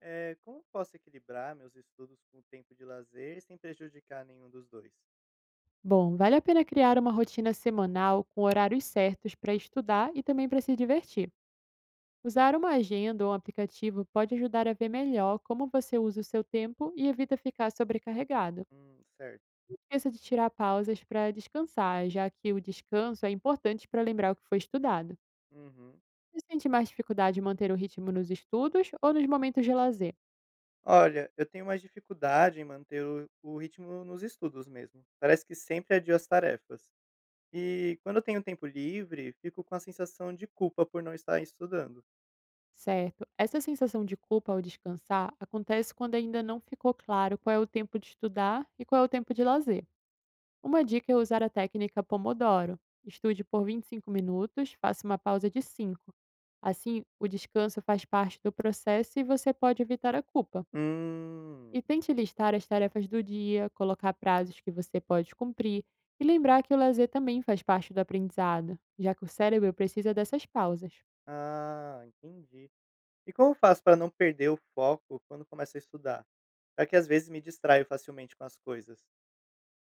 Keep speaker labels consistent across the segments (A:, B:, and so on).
A: Como posso equilibrar meus estudos com o tempo de lazer sem prejudicar nenhum dos dois?
B: Bom, vale a pena criar uma rotina semanal com horários certos para estudar e também para se divertir. Usar uma agenda ou um aplicativo pode ajudar a ver melhor como você usa o seu tempo e evita ficar sobrecarregado.
A: Certo.
B: Não esqueça de tirar pausas para descansar, já que o descanso é importante para lembrar o que foi estudado.
A: Uhum.
B: Você sente mais dificuldade em manter o ritmo nos estudos ou nos momentos de lazer?
A: Olha, eu tenho mais dificuldade em manter o ritmo nos estudos mesmo. Parece que sempre adio as tarefas. E quando eu tenho tempo livre, fico com a sensação de culpa por não estar estudando.
B: Certo, essa sensação de culpa ao descansar acontece quando ainda não ficou claro qual é o tempo de estudar e qual é o tempo de lazer. Uma dica é usar a técnica Pomodoro. Estude por 25 minutos, faça uma pausa de 5. Assim, o descanso faz parte do processo e você pode evitar a culpa.
A: Hum.
B: E tente listar as tarefas do dia, colocar prazos que você pode cumprir e lembrar que o lazer também faz parte do aprendizado, já que o cérebro precisa dessas pausas.
A: Ah, entendi. E como faço para não perder o foco quando começo a estudar? Já que às vezes me distraio facilmente com as coisas.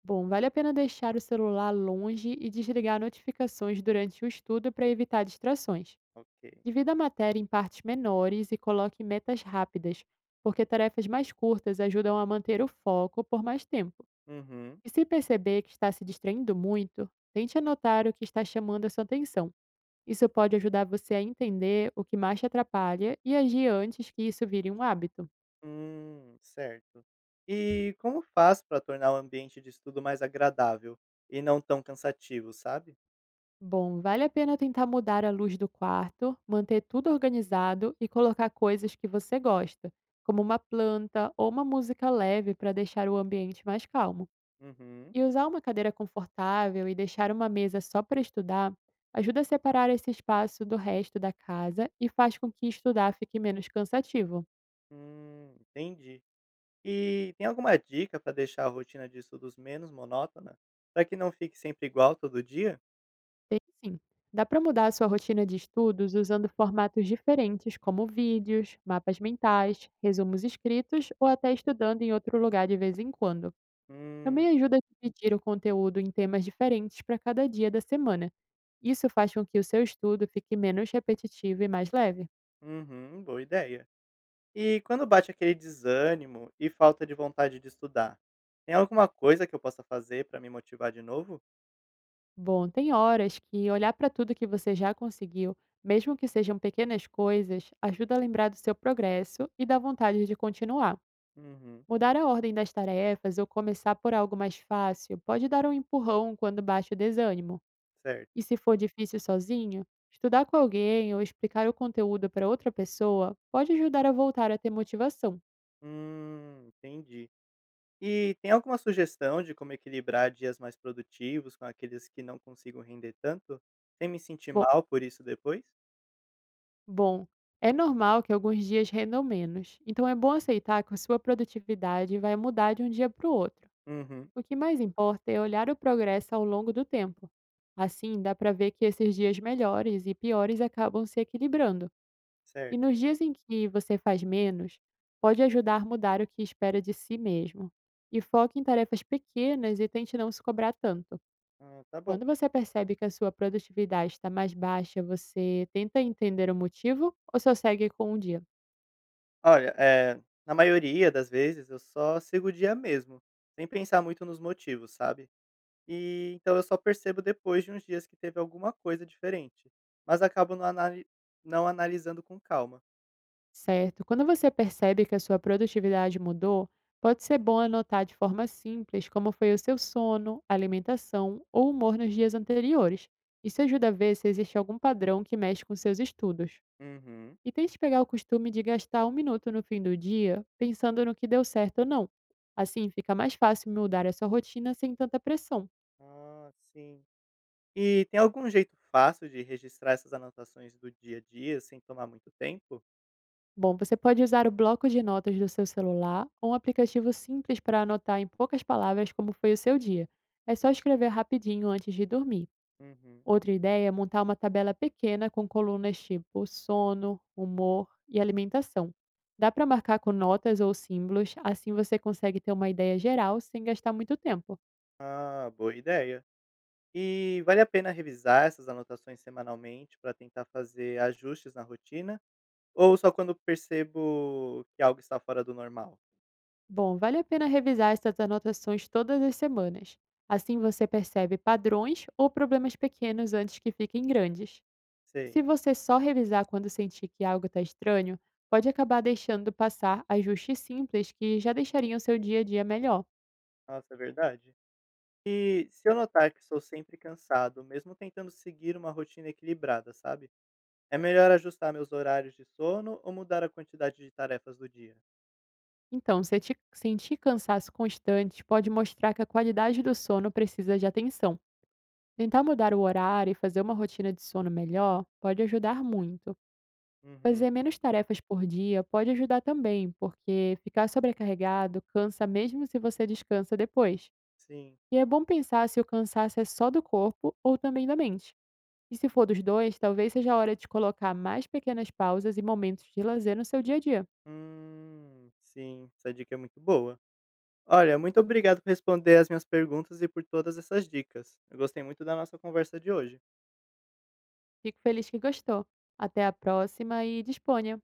B: Bom, vale a pena deixar o celular longe e desligar notificações durante o estudo para evitar distrações.
A: Ok.
B: Divida a matéria em partes menores e coloque metas rápidas, porque tarefas mais curtas ajudam a manter o foco por mais tempo.
A: Uhum.
B: E se perceber que está se distraindo muito, tente anotar o que está chamando a sua atenção. Isso pode ajudar você a entender o que mais te atrapalha e agir antes que isso vire um hábito.
A: Certo. E como faz para tornar o ambiente de estudo mais agradável e não tão cansativo, sabe?
B: Bom, vale a pena tentar mudar a luz do quarto, manter tudo organizado e colocar coisas que você gosta, como uma planta ou uma música leve para deixar o ambiente mais calmo.
A: Uhum.
B: E usar uma cadeira confortável e deixar uma mesa só para estudar ajuda a separar esse espaço do resto da casa e faz com que estudar fique menos cansativo.
A: Entendi. E tem alguma dica para deixar a rotina de estudos menos monótona, para que não fique sempre igual todo dia?
B: Tem sim. Dá para mudar a sua rotina de estudos usando formatos diferentes, como vídeos, mapas mentais, resumos escritos ou até estudando em outro lugar de vez em quando.
A: Hum,
B: Também ajuda a dividir o conteúdo em temas diferentes para cada dia da semana. Isso faz com que o seu estudo fique menos repetitivo e mais leve.
A: uhum, boa ideia. E quando bate aquele desânimo e falta de vontade de estudar, tem alguma coisa que eu possa fazer para me motivar de novo?
B: Bom, tem horas que olhar para tudo que você já conseguiu, mesmo que sejam pequenas coisas, ajuda a lembrar do seu progresso e dá vontade de continuar.
A: Uhum,
B: Mudar a ordem das tarefas ou começar por algo mais fácil pode dar um empurrão quando baixa o desânimo. E
A: certo.
B: se for difícil sozinho, estudar com alguém ou explicar o conteúdo para outra pessoa pode ajudar a voltar a ter motivação.
A: Entendi. E tem alguma sugestão de como equilibrar dias mais produtivos com aqueles que não consigo render tanto, sem me sentir
B: Bom,
A: mal por isso depois?
B: bom, é normal que alguns dias rendam menos, então é bom aceitar que a sua produtividade vai mudar de um dia para o outro.
A: Uhum,
B: O que mais importa é olhar o progresso ao longo do tempo. Assim, dá para ver que esses dias melhores e piores acabam se equilibrando. E
A: certo.
B: nos dias em que você faz menos, pode ajudar a mudar o que espera de si mesmo. E foque em tarefas pequenas e tente não se cobrar tanto.
A: Ah, tá bom.
B: Quando você percebe que a sua produtividade está mais baixa, você tenta entender o motivo ou só segue com o dia?
A: Olha, na maioria das vezes eu só sigo o dia mesmo, sem pensar muito nos motivos, sabe? E então eu só percebo depois de uns dias que teve alguma coisa diferente, mas acabo não, não analisando com calma.
B: Certo. Quando você percebe que a sua produtividade mudou, pode ser bom anotar de forma simples como foi o seu sono, alimentação ou humor nos dias anteriores. Isso ajuda a ver se existe algum padrão que mexe com seus estudos.
A: Uhum.
B: E tente pegar o costume de gastar um minuto no fim do dia pensando no que deu certo ou não. Assim fica mais fácil mudar a sua rotina sem tanta pressão.
A: Ah, sim. E tem algum jeito fácil de registrar essas anotações do dia a dia sem tomar muito tempo?
B: Bom, você pode usar o bloco de notas do seu celular ou um aplicativo simples para anotar em poucas palavras como foi o seu dia. É só escrever rapidinho antes de dormir.
A: Uhum.
B: Outra ideia é montar uma tabela pequena com colunas tipo sono, humor e alimentação. Dá para marcar com notas ou símbolos, assim você consegue ter uma ideia geral sem gastar muito tempo.
A: Ah, boa ideia. E vale a pena revisar essas anotações semanalmente para tentar fazer ajustes na rotina? Ou só quando percebo que algo está fora do normal?
B: Bom, vale a pena revisar essas anotações todas as semanas. Assim você percebe padrões ou problemas pequenos antes que fiquem grandes. E
A: Sei.
B: se você só revisar quando sentir que algo está estranho, pode acabar deixando passar ajustes simples que já deixariam seu dia a dia melhor.
A: Nossa, é verdade. E se eu notar que sou sempre cansado, mesmo tentando seguir uma rotina equilibrada, sabe? É melhor ajustar meus horários de sono ou mudar a quantidade de tarefas do dia?
B: Então, se te- sentir cansaço constante, pode mostrar que a qualidade do sono precisa de atenção. Tentar mudar o horário e fazer uma rotina de sono melhor pode ajudar muito.
A: Uhum.
B: Fazer menos tarefas por dia pode ajudar também, porque ficar sobrecarregado cansa mesmo se você descansa depois.
A: Sim.
B: E é bom pensar se o cansaço é só do corpo ou também da mente. E se for dos dois, talvez seja a hora de colocar mais pequenas pausas e momentos de lazer no seu dia a dia.
A: Sim, essa dica é muito boa. Olha, muito obrigado por responder as minhas perguntas e por todas essas dicas. Eu gostei muito da nossa conversa de hoje.
B: Fico feliz que gostou. Até a próxima e disponha!